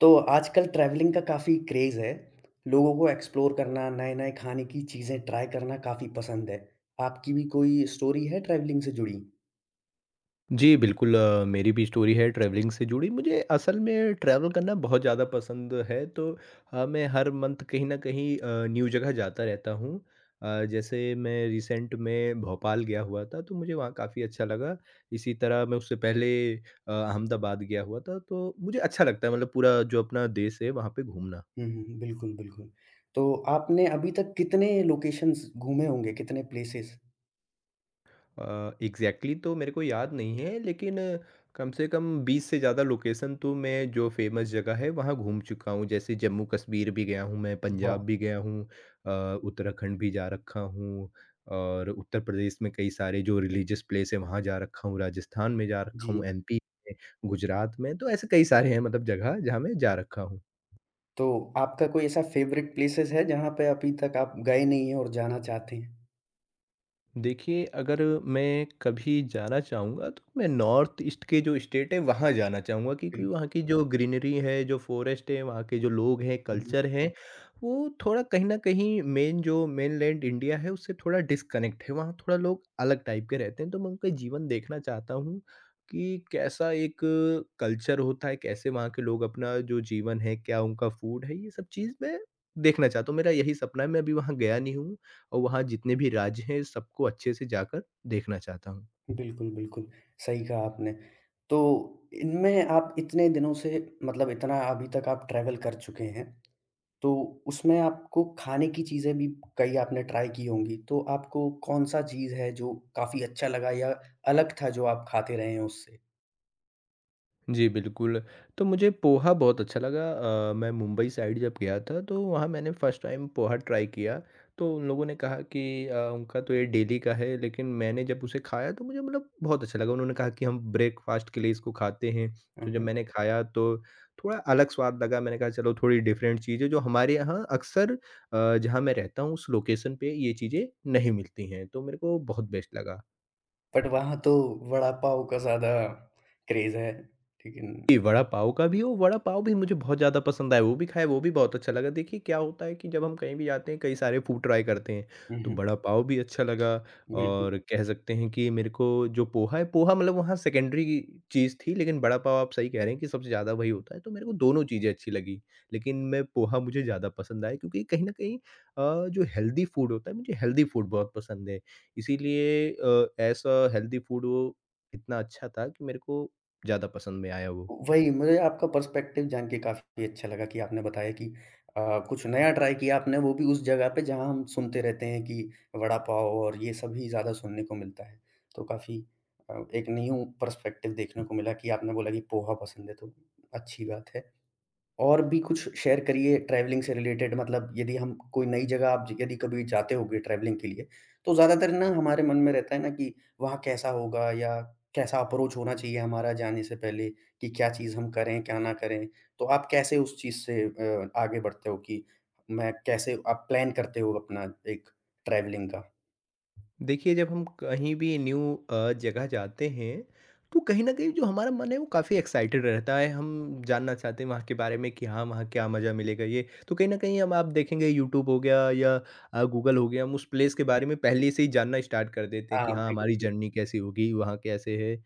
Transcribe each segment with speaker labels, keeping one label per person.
Speaker 1: तो आजकल ट्रैवलिंग का काफ़ी क्रेज़ है। लोगों को एक्सप्लोर करना, नए-नए खाने की चीज़ें ट्राई करना काफ़ी पसंद है। आपकी भी कोई स्टोरी है ट्रैवलिंग से जुड़ी?
Speaker 2: जी, बिल्कुल, मेरी भी स्टोरी है ट्रैवलिंग से जुड़ी। मुझे असल में ट्रैवल करना बहुत ज़्यादा पसंद है, तो मैं हर मंथ कहीं न कहीं न्यू जगह जाता रहता हूँ। जैसे मैं रिसेंट में भोपाल गया हुआ था, तो मुझे वहाँ काफ़ी अच्छा लगा। इसी तरह मैं उससे पहले अ, अहमदाबाद गया हुआ था, तो मुझे अच्छा लगता है, मतलब पूरा जो अपना देश है वहाँ पे घूमना।
Speaker 1: हुँ, हुँ, हुँ। बिल्कुल, बिल्कुल। तो आपने अभी तक कितने लोकेशंस घूमे होंगे, कितने प्लेसेस?
Speaker 2: एग्जैक्टली exactly तो मेरे को याद नहीं है, लेकिन कम से कम 20 से ज़्यादा लोकेशन तो मैं जो फेमस जगह है वहाँ घूम चुका हूँ। जैसे जम्मू कश्मीर भी गया हूँ, मैं पंजाब
Speaker 1: वाह!
Speaker 2: भी गया हूँ, उत्तराखंड भी जा रखा हूँ, और उत्तर प्रदेश में कई सारे जो रिलीजियस प्लेस है वहाँ जा रखा हूँ, राजस्थान में जा रखा हूँ,
Speaker 1: जी।
Speaker 2: एमपी में, गुजरात में, तो ऐसे कई सारे हैं, मतलब जगह जहाँ मैं जा रखा हूँ।
Speaker 1: तो आपका कोई ऐसा फ़ेवरेट प्लेसेस है जहाँ पे अभी तक आप गए नहीं हैं और जाना चाहते हैं?
Speaker 2: देखिए, अगर मैं कभी जाना चाहूँगा तो मैं नॉर्थ ईस्ट के जो स्टेट है वहाँ जाना चाहूँगा, क्योंकि वहाँ
Speaker 1: बिल्कुल।
Speaker 2: की जो ग्रीनरी है, जो फ़ॉरेस्ट है, वहाँ के जो लोग हैं,
Speaker 1: हुँ, हुँ।
Speaker 2: कल्चर है, वो थोड़ा कहीं न कहीं मेन जो मेनलैंड इंडिया है उससे थोड़ा डिस्कनेक्ट है। वहाँ थोड़ा लोग अलग टाइप के रहते हैं, तो मैं उनका जीवन देखना चाहता हूँ कि कैसा एक कल्चर होता है, कैसे वहाँ के लोग अपना जो जीवन है, क्या उनका फूड है, ये सब चीज़ मैं देखना चाहता हूँ। मेरा यही सपना है, मैं अभी वहाँ गया नहीं हूँ। और वहाँ जितने भी राज्य हैं सबको अच्छे से जाकर देखना चाहता हूँ।
Speaker 1: बिल्कुल, बिल्कुल। सही कहा आपने। तो इनमें आप इतने दिनों से मतलब इतना अभी तक आप ट्रैवल कर चुके हैं। तो उसमें आपको खाने की चीज़ें भी कई आपने ट्राई की होंगी, तो आपको कौन-सा चीज़ है जो काफ़ी अच्छा लगा या अलग था जो आप खाते रहे हैं उससे?
Speaker 2: जी, बिल्कुल। तो मुझे पोहा बहुत अच्छा लगा। मैं मुंबई साइड जब गया था तो वहाँ मैंने फर्स्ट टाइम पोहा ट्राई किया। तो उन लोगों ने कहा कि उनका तो ये डेली का है, लेकिन मैंने जब उसे खाया तो मुझे, मतलब, बहुत अच्छा लगा। उन्होंने कहा कि हम ब्रेकफ़ास्ट के लिए इसको खाते हैं,
Speaker 1: हुँ,
Speaker 2: तो जब
Speaker 1: हुँ।
Speaker 2: मैंने खाया तो थोड़ा अलग स्वाद लगा। मैंने कहा, चलो थोड़ी डिफरेंट चीज़ है जो हमारे यहाँ अक्सर, जहाँ मैं रहता हूँ उस लोकेशन पे, ये चीज़ें नहीं मिलती हैं, तो मेरे को बहुत बेस्ट लगा।
Speaker 1: बट वहाँ तो वड़ा पाव का ज़्यादा क्रेज़ है, लेकिन
Speaker 2: जी, वड़ा पाव का भी हो, वड़ा पाव भी मुझे बहुत ज़्यादा पसंद आया, वो भी खाया, वो भी बहुत अच्छा लगा। देखिए, क्या होता है कि जब हम कहीं भी जाते हैं, कई सारे फूड ट्राई करते हैं,
Speaker 1: हुँ,
Speaker 2: तो
Speaker 1: हुँ,
Speaker 2: वड़ा पाव भी अच्छा लगा
Speaker 1: बिल्कुल।
Speaker 2: और कह सकते हैं कि मेरे को जो पोहा है, पोहा, मतलब, वहाँ सेकेंडरी चीज़ थी, लेकिन वड़ा पाव आप सही कह रहे हैं कि सबसे ज़्यादा वही होता है, तो मेरे को दोनों चीज़ें अच्छी लगी। लेकिन मैं पोहा मुझे ज़्यादा पसंद आया, क्योंकि कहीं न कहीं जो हेल्दी फूड होता है, मुझे हेल्दी फूड बहुत पसंद है। इसीलिए ऐसा हेल्दी फूड वो इतना अच्छा था कि मेरे को ज़्यादा पसंद में आया वो।
Speaker 1: वही, मुझे आपका पर्सपेक्टिव जान के काफ़ी अच्छा लगा कि आपने बताया कि कुछ नया ट्राई किया आपने, वो भी उस जगह पे जहाँ हम सुनते रहते हैं कि वड़ा पाव और ये सभी ज़्यादा सुनने को मिलता है। तो काफ़ी एक न्यू पर्सपेक्टिव देखने को मिला कि आपने बोला कि पोहा पसंद है, तो अच्छी बात है। और भी कुछ शेयर करिए ट्रैवलिंग से रिलेटेड मतलब यदि हम कोई नई जगह आप यदि कभी जाते होगे ट्रैवलिंग के लिए, तो ज़्यादातर ना हमारे मन में रहता है ना कि वहाँ कैसा होगा या कैसा अप्रोच होना चाहिए हमारा जाने से पहले कि क्या चीज़ हम करें, क्या ना करें? तो आप कैसे उस चीज़ से आगे बढ़ते हो कि मैं कैसे आप प्लान करते हो अपना एक ट्रैवलिंग का?
Speaker 2: देखिए, जब हम कहीं भी न्यू जगह जाते हैं, तो कहीं न कहीं जो हमारा मन है, वो काफ़ी एक्साइटेड रहता है। हम जानना चाहते हैं वहाँ के बारे में कि हाँ, वहाँ क्या मज़ा मिलेगा ये। तो कहीं न कहीं, हम आप देखेंगे, यूट्यूब हो गया या गूगल हो गया, हम उस प्लेस के बारे में पहले से ही जानना स्टार्ट कर देते हैं
Speaker 1: हाँ,
Speaker 2: कि हाँ,
Speaker 1: बिल्कुल,
Speaker 2: हमारी
Speaker 1: बिल्कुल।
Speaker 2: जर्नी कैसी होगी, वहाँ कैसे है।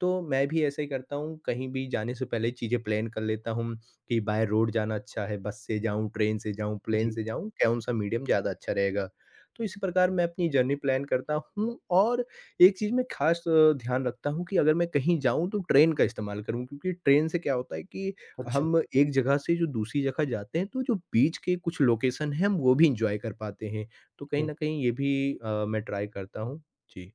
Speaker 2: तो मैं भी ऐसा ही करता हूँ, कहीं भी जाने से पहले चीज़ें प्लान कर लेता हूँ कि बाय रोड जाना अच्छा है, बस से जाऊँ, ट्रेन से जाऊँ, प्लेन
Speaker 1: जी,
Speaker 2: से जाऊँ, कौन-सा मीडियम ज़्यादा अच्छा रहेगा। तो इसी प्रकार मैं अपनी जर्नी प्लान करता हूँ, और एक चीज़ मैं ख़ास ध्यान रखता हूँ कि अगर मैं कहीं जाऊँ तो ट्रेन का इस्तेमाल करूँ, क्योंकि ट्रेन से क्या होता है कि
Speaker 1: अच्छा।
Speaker 2: हम एक जगह से जो दूसरी जगह जाते हैं तो जो बीच के कुछ लोकेशन हैं हम वो भी इंजॉय कर पाते हैं। तो कहीं न कहीं ये भी मैं ट्राई करता हूँ। जी।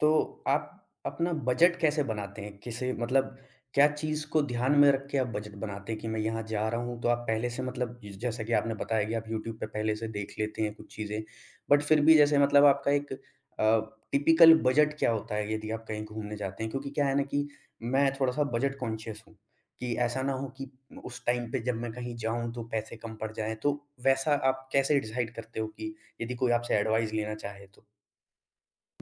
Speaker 1: तो आप अपना बजट कैसे बनाते हैं? किसे मतलब क्या चीज़ को ध्यान में रख के आप बजट बनाते हैं कि मैं यहाँ जा रहा हूँ, तो आप पहले से मतलब ज जैसा कि आपने बताया कि आप यूट्यूब पे पहले से देख लेते हैं कुछ चीज़ें। बट फिर भी जैसे मतलब आपका एक टिपिकल बजट क्या होता है यदि आप कहीं घूमने जाते हैं? क्योंकि क्या है ना कि मैं थोड़ा-सा बजट कॉन्शियस हूँ, कि ऐसा ना हो कि उस टाइम पे जब मैं कहीं जाऊँ तो पैसे कम पड़ जाएँ। तो वैसा आप कैसे डिसाइड करते हो कि यदि कोई आपसे एडवाइस लेना चाहे तो?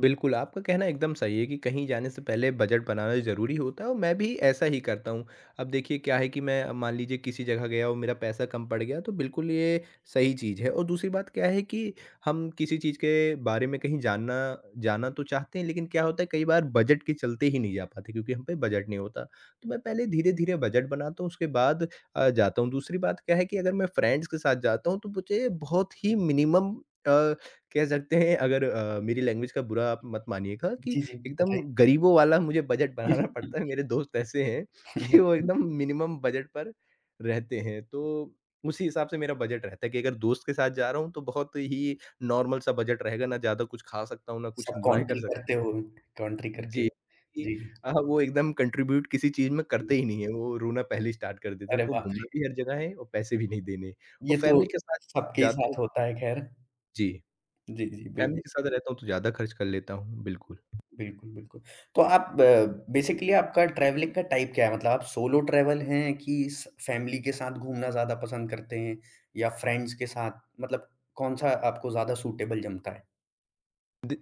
Speaker 2: बिल्कुल, आपका कहना एकदम सही है कि कहीं जाने से पहले बजट बनाना ज़रूरी होता है, और मैं भी ऐसा ही करता हूँ। अब देखिए, क्या है कि मैं, अब मान लीजिए किसी जगह गया और मेरा पैसा कम पड़ गया तो बिल्कुल, ये सही चीज़ है। और दूसरी बात क्या है कि हम किसी चीज़ के बारे में कहीं जानना जाना तो चाहते हैं, लेकिन क्या होता है, कई बार बजट के चलते ही नहीं जा पाते, क्योंकि हम पे बजट नहीं होता। तो मैं पहले धीरे-धीरे बजट बनाता हूँ, उसके बाद जाता हूँ। दूसरी बात क्या है कि अगर मैं फ्रेंड्स के साथ जाता हूँ तो मुझे बहुत ही मिनिमम, अ, कह सकते हैं, अगर मेरी लैंग्वेज का बुरा आप मत मानिएगा, कि
Speaker 1: जी, जी,
Speaker 2: एकदम गरीबों वाला मुझे बजट बनाना
Speaker 1: बताइए।
Speaker 2: पड़ता है। मेरे दोस्त ऐसे हैं कि वो एकदम मिनिमम बजट पर रहते हैं। तो उसी हिसाब से मेरा बजट रहता है कि अगर दोस्त के साथ जा रहा हूँ तो बहुत ही नॉर्मल सा बजट रहेगा, ना ज़्यादा कुछ खा सकता हूँ, ना कुछ
Speaker 1: सब
Speaker 2: एन्जॉय कर
Speaker 1: कॉन्ट्री
Speaker 2: सकता
Speaker 1: करते
Speaker 2: हूँ।
Speaker 1: हो, कॉन्ट्री करके।
Speaker 2: जी। कि
Speaker 1: जी,
Speaker 2: वो एकदम कंट्रीब्यूट किसी चीज़ में
Speaker 1: जी।
Speaker 2: करते ही नहीं है, वो रोना पहले ही स्टार्ट कर देते हैं।
Speaker 1: अरे
Speaker 2: उनको
Speaker 1: वाह!
Speaker 2: घूमना भी हर जगह है और पैसे भी नहीं देने। और
Speaker 1: ये तो
Speaker 2: फैमिली के साथ
Speaker 1: सबके ही
Speaker 2: जाता
Speaker 1: साथ
Speaker 2: हूँ।
Speaker 1: होता है खैर।
Speaker 2: जी।
Speaker 1: जी, जी,
Speaker 2: फैमिली
Speaker 1: बिल्कुल,
Speaker 2: के साथ रहता हूँ तो ज़्यादा खर्च कर लेता हूँ, बिल्कुल।
Speaker 1: बिल्कुल, बिल्कुल। तो आप ब बेसिकली आपका ट्रैवलिंग का टाइप क्या है? मतलब आप सोलो ट्रैवल हैं कि स फैमिली के साथ घूमना ज़्यादा पसंद करते हैं या फ्रेंड्स के साथ? मतलब कौन-सा आपको ज़्यादा सूटेबल जमता है?
Speaker 2: दि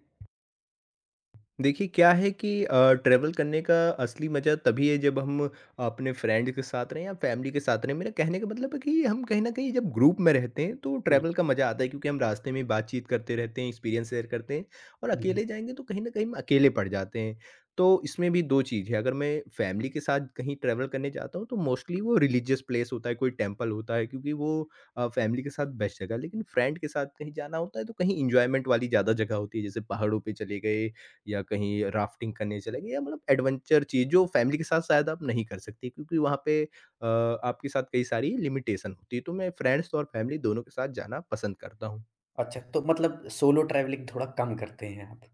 Speaker 2: देखिए, क्या है कि ट्रैवल करने का असली मज़ा तभी है जब हम अपने फ्रेंड्स के साथ रहें या फैमिली के साथ रहें। मेरा कहने का मतलब है कि हम कहीं न कहीं जब ग्रुप में रहते हैं तो ट्रैवल
Speaker 1: बिल्कुल।
Speaker 2: का मज़ा आता है, क्योंकि हम रास्ते में बातचीत करते रहते हैं, एक्सपीरियंस शेयर करते हैं, और
Speaker 1: हुँ, हुँ।
Speaker 2: अकेले जाएँगे तो कहीं न कहीं हम अकेले पड़ जाते हैं। तो इसमें भी 2 चीज़ है, अगर मैं फैमिली के साथ कहीं ट्रैवल करने जाता हूँ तो मोस्टली वो रिलीजियस प्लेस होता है, कोई टेम्पल होता है, क्योंकि वो फैमिली के साथ बेस्ट जगह है। लेकिन फ्रेंड के साथ कहीं जाना होता है तो कहीं एन्जॉयमेंट वाली ज़्यादा जगह होती है, जैसे पहाड़ों पे चले गए या कहीं राफ्टिंग करने चले गए, या मतलब एडवेंचर चीज़ जो फैमिली के साथ शायद आप नहीं कर सकते, क्योंकि वहाँ पे आपके साथ कई सारी लिमिटेशन होती है। तो मैं फ्रेंड्स और फैमिली दोनों के साथ जाना पसंद करता हूँ।
Speaker 1: अच्छा, तो मतलब सोलो ट्रैवलिंग थोड़ा कम करते हैं आप।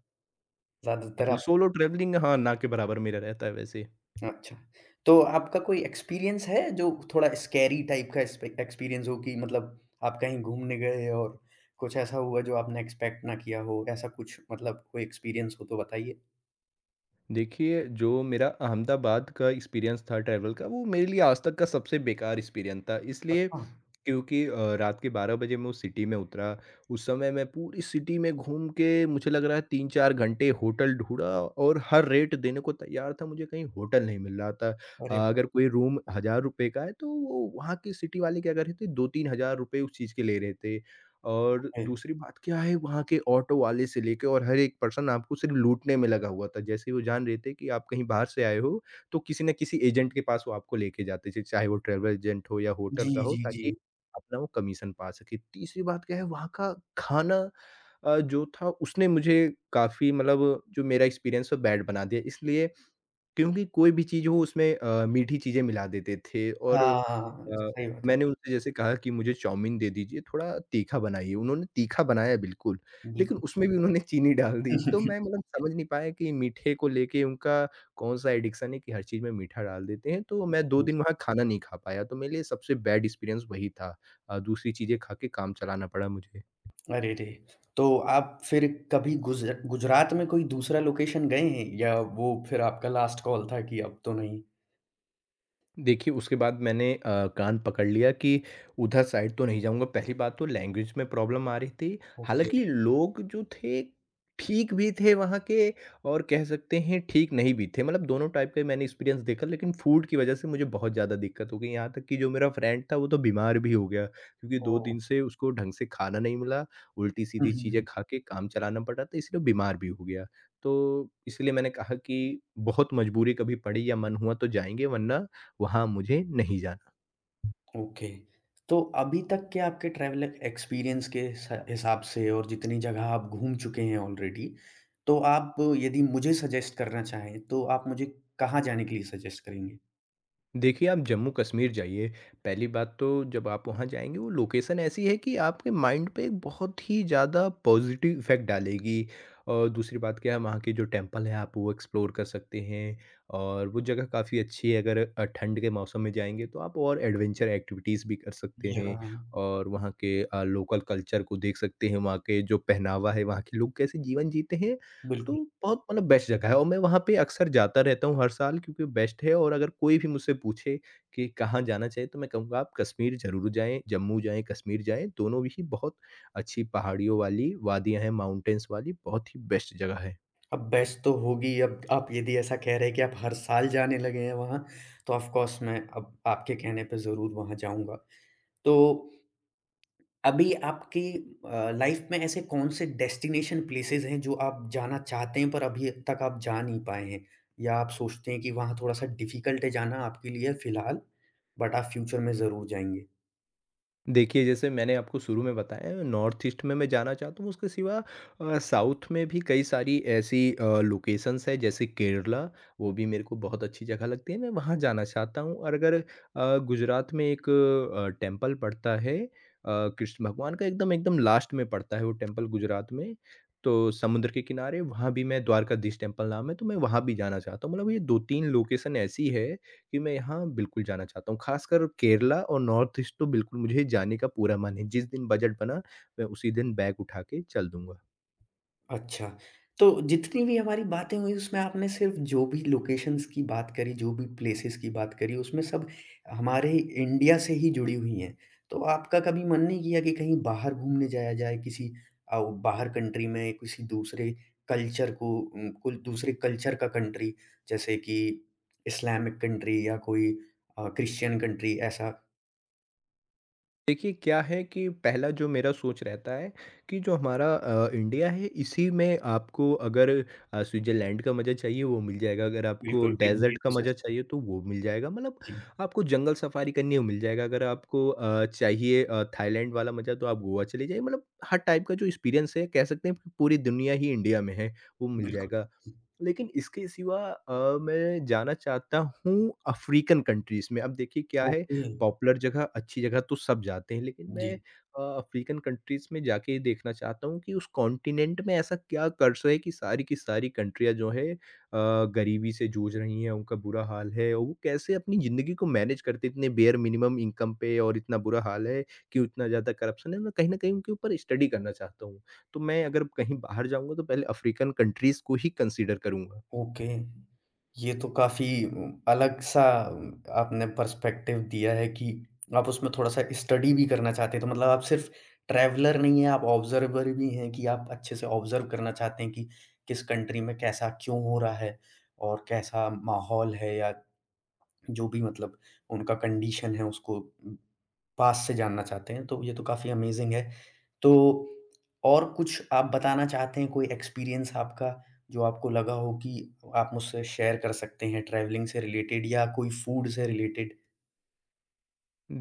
Speaker 1: ज़्यादातर
Speaker 2: बिल्कुल,
Speaker 1: आप
Speaker 2: सोलो ट्रैवलिंग, हाँ, ना के बराबर मेरा रहता है वैसे।
Speaker 1: अच्छा, तो आपका कोई एक्सपीरियंस है जो थोड़ा स्कैरी टाइप का एक्सपे एक्सपीरियंस हो कि मतलब आप कहीं घूमने गए और कुछ ऐसा हुआ जो आपने एक्सपेक्ट ना किया हो? ऐसा कुछ मतलब कोई एक्सपीरियंस हो तो बताइए?
Speaker 2: देखिए, जो मेरा अहमदाबाद का एक्सपीरियंस था ट्रैवल का, वो मेरे लिए आज तक का सबसे बेकार एक्सपीरियंस था। इसलिए,
Speaker 1: अच्छा,
Speaker 2: क्योंकि रात के 12 बजे मैं उस सिटी में उतरा, उस समय मैं पूरी सिटी में घूम के, मुझे लग रहा है 3-4 घंटे होटल ढूँढा, और हर रेट देने को तैयार था, मुझे कहीं होटल नहीं मिल रहा था।
Speaker 1: अरे बाप
Speaker 2: अगर कोई रूम ₹1000 का है तो वो वहाँ के सिटी वाले क्या कर रहे थे, 2-3000 उस चीज़ के ले रहे थे। और
Speaker 1: रे!
Speaker 2: दूसरी बात क्या है, वहाँ के ऑटो वाले से लेके और हर एक पर्सन आपको सिर्फ़ लूटने में लगा हुआ था। जैसे ही वो जान रहे थे कि आप कहीं बाहर से आए हो, तो किसी न किसी एजेंट के पास वो आपको लेके जाते थे, चाहे वो ट्रैवल एजेंट हो या होटल
Speaker 1: जी,
Speaker 2: का हो,
Speaker 1: जी, जी।
Speaker 2: ताकि अपना वो कमीशन पा सके। तीसरी बात क्या है, वहाँ का खाना जो था उसने मुझे काफ़ी, मतलब जो मेरा एक्सपीरियंस है, बैड बना दिया। इसलिए, क्योंकि कोई भी चीज़ हो उसमें मीठी चीज़ें मिला देते थे, और
Speaker 1: हाँ,
Speaker 2: अ,
Speaker 1: सही बात है।
Speaker 2: मैंने उनसे जैसे कहा कि मुझे चाउमीन दे दीजिए, थोड़ा तीखा बनाइए, उन्होंने तीखा बनाया बिल्कुल, लेकिन
Speaker 1: बिल्कुल।
Speaker 2: उसमें भी उन्होंने चीनी डाल दी। तो मैं, मतलब, समझ नहीं पाया कि मीठे को लेके उनका कौन-सा एडिक्शन है कि हर चीज़ में मीठा डाल देते हैं। तो मैं 2 दिन वहाँ खाना नहीं खा पाया, तो मेरे लिए सबसे बैड एक्सपीरियंस वही था। दूसरी चीज़ें खा के काम चलाना पड़ा मुझे।
Speaker 1: अरे रे! तो आप फिर कभी गुजरात में कोई दूसरा लोकेशन गए हैं या वो फिर आपका लास्ट कॉल था कि अब तो नहीं?
Speaker 2: देखिए, उसके बाद मैंने कान पकड़ लिया कि उधर साइड तो नहीं जाऊँगा। पहली बात, तो लैंग्वेज में प्रॉब्लम आ रही थी।
Speaker 1: ओके,
Speaker 2: हालाँकि लोग जो थे, ठीक भी थे वहाँ के, और कह सकते हैं ठीक नहीं भी थे, मतलब दोनों टाइप का ही मैंने एक्सपीरियंस देखा, लेकिन फूड की वज़ह से मुझे बहुत ज़्यादा दिक्कत हो गई। यहाँ तक कि जो मेरा फ्रेंड था, वो तो बीमार भी हो गया, क्योंकि 2
Speaker 1: ओह!
Speaker 2: दिन से उसको ढंग से खाना नहीं मिला,
Speaker 1: हुँ,
Speaker 2: उल्टी-सीधी
Speaker 1: हुँ,
Speaker 2: चीज़ें
Speaker 1: हुँ।
Speaker 2: खा के काम चलाना पड़ा, तो इसलिए वो बीमार भी हो गया। तो इसलिए मैंने कहा कि बहुत मजबूरी कभी पड़ी या मन हुआ तो जाएँगे, वरना वहाँ मुझे नहीं जाना।
Speaker 1: ओके। तो अभी तक के आपके ट्रैवल एक्सपीरियंस के स हिसाब से और जितनी जगह आप घूम चुके हैं ऑलरेडी, तो आप यदि मुझे सजेस्ट करना चाहें, तो आप मुझे कहाँ जाने के लिए सजेस्ट करेंगे?
Speaker 2: देखिए, आप जम्मू-कश्मीर जाइए। पहली बात तो, जब आप वहाँ जाएँगे, वो लोकेशन ऐसी है कि आपके माइंड पे एक बहुत ही ज़्यादा पॉज़िटिव इफ़ेक्ट डालेगी। और दूसरी बात क्या है, वहाँ के जो टेम्पल हैं आप वो एक्सप्लोर कर सकते हैं, और वो जगह काफ़ी अच्छी है। अगर ठंड के मौसम में जाएँगे तो आप और एडवेंचर एक्टिविटीज़ भी कर सकते हैं
Speaker 1: यहाँ,
Speaker 2: और वहाँ के लोकल कल्चर को देख सकते हैं, वहाँ के जो पहनावा है, वहाँ के लोग कैसे जीवन जीते हैं तो
Speaker 1: बिल्कुल।
Speaker 2: बहुत मतलब बेस्ट जगह है और मैं वहाँ पे अक्सर जाता रहता हूँ हर साल क्योंकि बेस्ट है और अगर कोई भी मुझसे पूछे कि कहाँ जाना चाहिए तो मैं कहूँगा आप कश्मीर ज़रूर जाएँ, जम्मू जाएँ, कश्मीर जाएँ, दोनों ही बहुत अच्छी पहाड़ियों वाली वादियाँ हैं, माउंटेन्स वाली बहुत ही बेस्ट जगह है।
Speaker 1: अब बेस्ट तो होगी, अब आप यदि ऐसा कह रहे हैं कि आप हर साल जाने लगे हैं वहाँ, तो ऑफ़ कोर्स मैं अब आपके कहने पे ज़रूर वहाँ जाऊँगा। तो अभी आपकी लाइफ में ऐसे कौन से डेस्टिनेशन प्लेसेस हैं जो आप जाना चाहते हैं पर अभी तक आप जा नहीं पाए हैं? या आप सोचते हैं कि वहाँ थोड़ा-सा डिफ़िकल्ट है जाना आपके लिए फ़िलहाल, बट आप फ्यूचर में ज़रूर जाएँगे?
Speaker 2: देखिए, जैसे मैंने आपको शुरू में बताया नॉर्थ ईस्ट में मैं जाना चाहता हूँ, उसके सिवा साउथ में भी कई सारी ऐसी लोकेशंस हैं जैसे केरला, वो भी मेरे को बहुत अच्छी जगह लगती है, मैं वहाँ जाना चाहता हूँ और अगर गुजरात में एक टेम्पल पड़ता है कृष्ण भगवान का एकदम, एकदम लास्ट में पड़ता है वो टेम्पल गुजरात में, तो समुद्र के किनारे वहाँ भी मैं द्वारकाधीश टेम्पल नाम है, तो मैं वहाँ भी जाना चाहता हूँ। मतलब ये 2-3 लोकेशन ऐसी है कि मैं यहाँ बिल्कुल जाना चाहता हूँ। ख़ासकर केरला और नॉर्थ ईस्ट तो बिल्कुल मुझे जाने का पूरा मन है। जिस दिन बजट बना, मैं उसी दिन बैग उठा के चल दूँगा।
Speaker 1: अच्छा, तो जितनी भी हमारी बातें हुई उसमें आपने सिर्फ जो भी लोकेशंस की बात करी, जो भी प्लेसेस की बात करी, उसमें सब हमारे इंडिया से ही जुड़ी हुई हैं। तो आपका कभी मन नहीं किया कि कहीं बाहर घूमने जाया जाए किसी बाहर कंट्री में किसी दूसरे कल्चर को कुल दूसरे कल्चर का कंट्री जैसे कि इस्लामिक कंट्री या कोई क्रिश्चियन कंट्री ऐसा?
Speaker 2: देखिए, क्या है कि पहला जो मेरा सोच रहता है कि जो हमारा इंडिया है इसी में आपको अगर स्विट्ज़रलैंड का मज़ा चाहिए वो मिल जाएगा, अगर आपको
Speaker 1: बिल्कुल, बिल्कुल,
Speaker 2: डेज़र्ट
Speaker 1: ये
Speaker 2: का
Speaker 1: तो
Speaker 2: मज़ा
Speaker 1: सच
Speaker 2: चाहिए तो वो मिल जाएगा, मतलब
Speaker 1: जी,
Speaker 2: आपको जंगल सफारी करनी है वो मिल जाएगा, अगर आपको चाहिए थाईलैंड वाला मज़ा तो आप गोवा चले जाइए, मतलब हर टाइप का जो एक्सपीरियंस है कह सकते हैं कि पूरी दुनिया ही इंडिया में है, वो मिल
Speaker 1: बिल्कुल।
Speaker 2: जाएगा। लेकिन इसके सिवा मैं जाना चाहता हूँ अफ़्रीकन कंट्रीज़ में। अब देखिए क्या है
Speaker 1: ओके,
Speaker 2: पॉपुलर जगह, अच्छी जगह तो सब जाते हैं लेकिन मैं
Speaker 1: जी।
Speaker 2: अफ़्रीकन कंट्रीज़ में जाके ये देखना चाहता हूँ कि उस कॉन्टिनेंट में ऐसा क्या कल्चर है कि सारी की सारी कंट्रियाँ जो है गरीबी से जूझ रही हैं, उनका बुरा हाल है और वो कैसे अपनी ज़िंदगी को मैनेज करते हैं इतने बेयर मिनिमम इनकम पे और इतना बुरा हाल है, क्यों इतना ज़्यादा करप्शन है। मैं कहीं न कहीं उनके ऊपर स्टडी करना चाहता हूँ। तो मैं अगर कहीं बाहर जाऊँगा तो पहले अफ़्रीकन कंट्रीज़ को ही कंसीडर करूँगा।
Speaker 1: ओके। ये तो काफ़ी अलग-सा उम, आपने पर्सपेक्टिव दिया है कि आप उसमें थोड़ा-सा स्टडी भी करना चाहते हैं। तो मतलब आप सिर्फ़ ट्रैवलर नहीं हैं, आप ऑब्ज़र्वर भी हैं कि आप अच्छे से ऑब्ज़र्व करना चाहते हैं कि किस कंट्री में कैसा क्यों हो रहा है और कैसा माहौल है या जो भी मतलब उनका कंडीशन है उसको पास से जानना चाहते हैं, तो ये तो काफ़ी अमेज़िंग है। तो और कुछ आप बताना चाहते हैं, कोई एक्सपीरियंस आपका जो आपको लगा हो कि आप मुझसे शेयर कर सकते हैं ट्रैवलिंग से रिलेटेड या कोई फूड से रिलेटेड?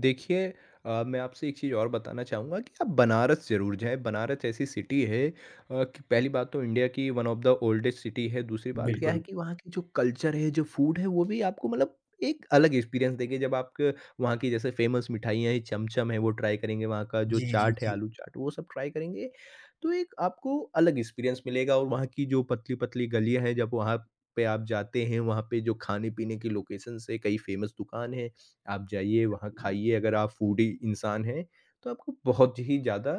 Speaker 2: देखिए मैं आपसे एक चीज़ और बताना चाहूँगा कि आप बनारस ज़रूर जाएँ। बनारस ऐसी सिटी है कि पहली बात तो इंडिया की one of the oldest city है। दूसरी बात क्या है
Speaker 1: बिल्कुल।
Speaker 2: कि वहाँ की जो कल्चर है, जो फ़ूड है, वो भी आपको मतलब एक अलग एक्सपीरियंस देंगे। जब आप वहाँ की जैसे फ़ेमस मिठाइयाँ हैं, चमचम है, वो ट्राई करेंगे, वहाँ का जो
Speaker 1: जी,
Speaker 2: चाट है,
Speaker 1: जी,
Speaker 2: आलू चाट, वो सब ट्राई करेंगे, तो एक आपको अलग एक्सपीरियंस मिलेगा और वहाँ की जो पतली-पतली गलियाँ हैं, जब वहाँ पे आप जाते हैं, वहाँ पे जो खाने-पीने की लोकेशंस हैं, कई फ़ेमस दुकान हैं। आप जाइए वहाँ
Speaker 1: जी।
Speaker 2: खाइए अगर आप फूडी इंसान हैं, तो आपको बहुत ही ज़्यादा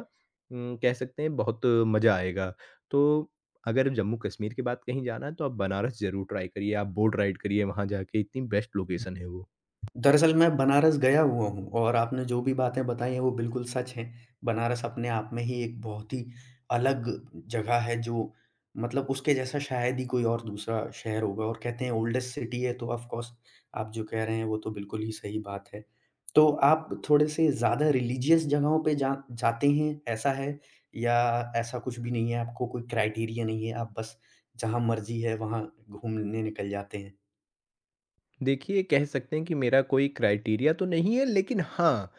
Speaker 2: कह सकते हैं बहुत मज़ा आएगा। तो अगर जम्मू-कश्मीर के बाद कहीं जाना है तो आप बनारस ज़रूर ट्राई करिए, आप बोट राइड करिए वहाँ जाके, इतनी बेस्ट लोकेशन है वो।
Speaker 1: दरअसल मैं बनारस गया हुआ हूँ और आपने जो भी बातें बताई हैं वो बिल्कुल सच हैं। बनारस अपने आप में ही एक बहुत ही अलग जगह है जो मतलब उसके जैसा शायद ही कोई और दूसरा शहर होगा और कहते हैं ओल्डेस्ट सिटी है तो ऑफ़ कोर्स आप जो कह रहे हैं वो तो बिल्कुल ही सही बात है। तो आप थोड़े से ज़्यादा रिलीजियस जगहों पे जा जाते हैं, ऐसा है? या ऐसा कुछ भी नहीं है, आपको कोई क्राइटेरिया नहीं है, आप बस जहाँ मर्ज़ी है वहाँ घूमने निकल जाते हैं?
Speaker 2: देखिए, कह सकते हैं कि मेरा कोई क्राइटेरिया तो नहीं है, लेकिन हाँ,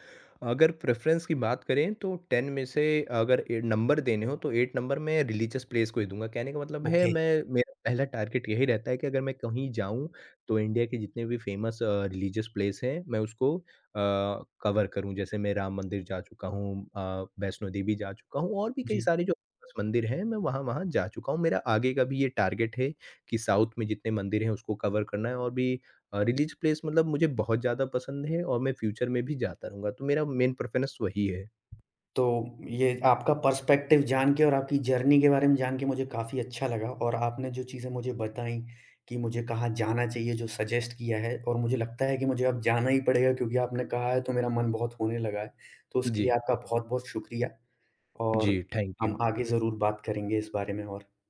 Speaker 2: अगर प्रेफ़रेंस की बात करें तो 10 में से अगर ए नंबर देने हों तो 8 नंबर मैं रिलीजियस प्लेस को ही दूँगा। कहने का मतलब है
Speaker 1: ओके,
Speaker 2: मैं मेरा पहला टारगेट यही रहता है कि अगर मैं कहीं जाऊँ तो इंडिया के जितने भी फ़ेमस रिलीजियस प्लेस हैं, मैं उसको कवर करूँ। जैसे मैं राम मंदिर जा चुका हूँ वैष्णो देवी जा चुका हूँ और भी कई
Speaker 1: जी।
Speaker 2: सारे जो फ़ेमस मंदिर हैं, मैं वहाँ-वहाँ जा चुका हूँ। मेरा आगे का भी ये टारगेट है कि साउथ में जितने मंदिर हैं उसको कवर करना है और भी रिलीज़ प्लेस मतलब मुझे बहुत ज़्यादा पसंद है और मैं फ्यूचर में भी जाता रहूँगा, तो मेरा मेन प्रेफ़रेंस वही है।
Speaker 1: तो ये आपका पर्सपेक्टिव जान के और आपकी जर्नी के बारे में जान के मुझे काफ़ी अच्छा लगा और आपने जो चीज़ें मुझे बताई कि मुझे कहाँ जाना चाहिए, जो सजेस्ट किया है और मुझे लगता है कि मुझे अब जाना ही पड़ेगा क्योंकि आपने कहा है तो मेरा मन बहुत होने लगा है। तो उसके
Speaker 2: जी।
Speaker 1: लिए आपका बहुत-बहुत शुक्रिया और
Speaker 2: जी, थैंक
Speaker 1: हम
Speaker 2: यू।
Speaker 1: आगे ज़रूर बात करेंगे इस बारे में और।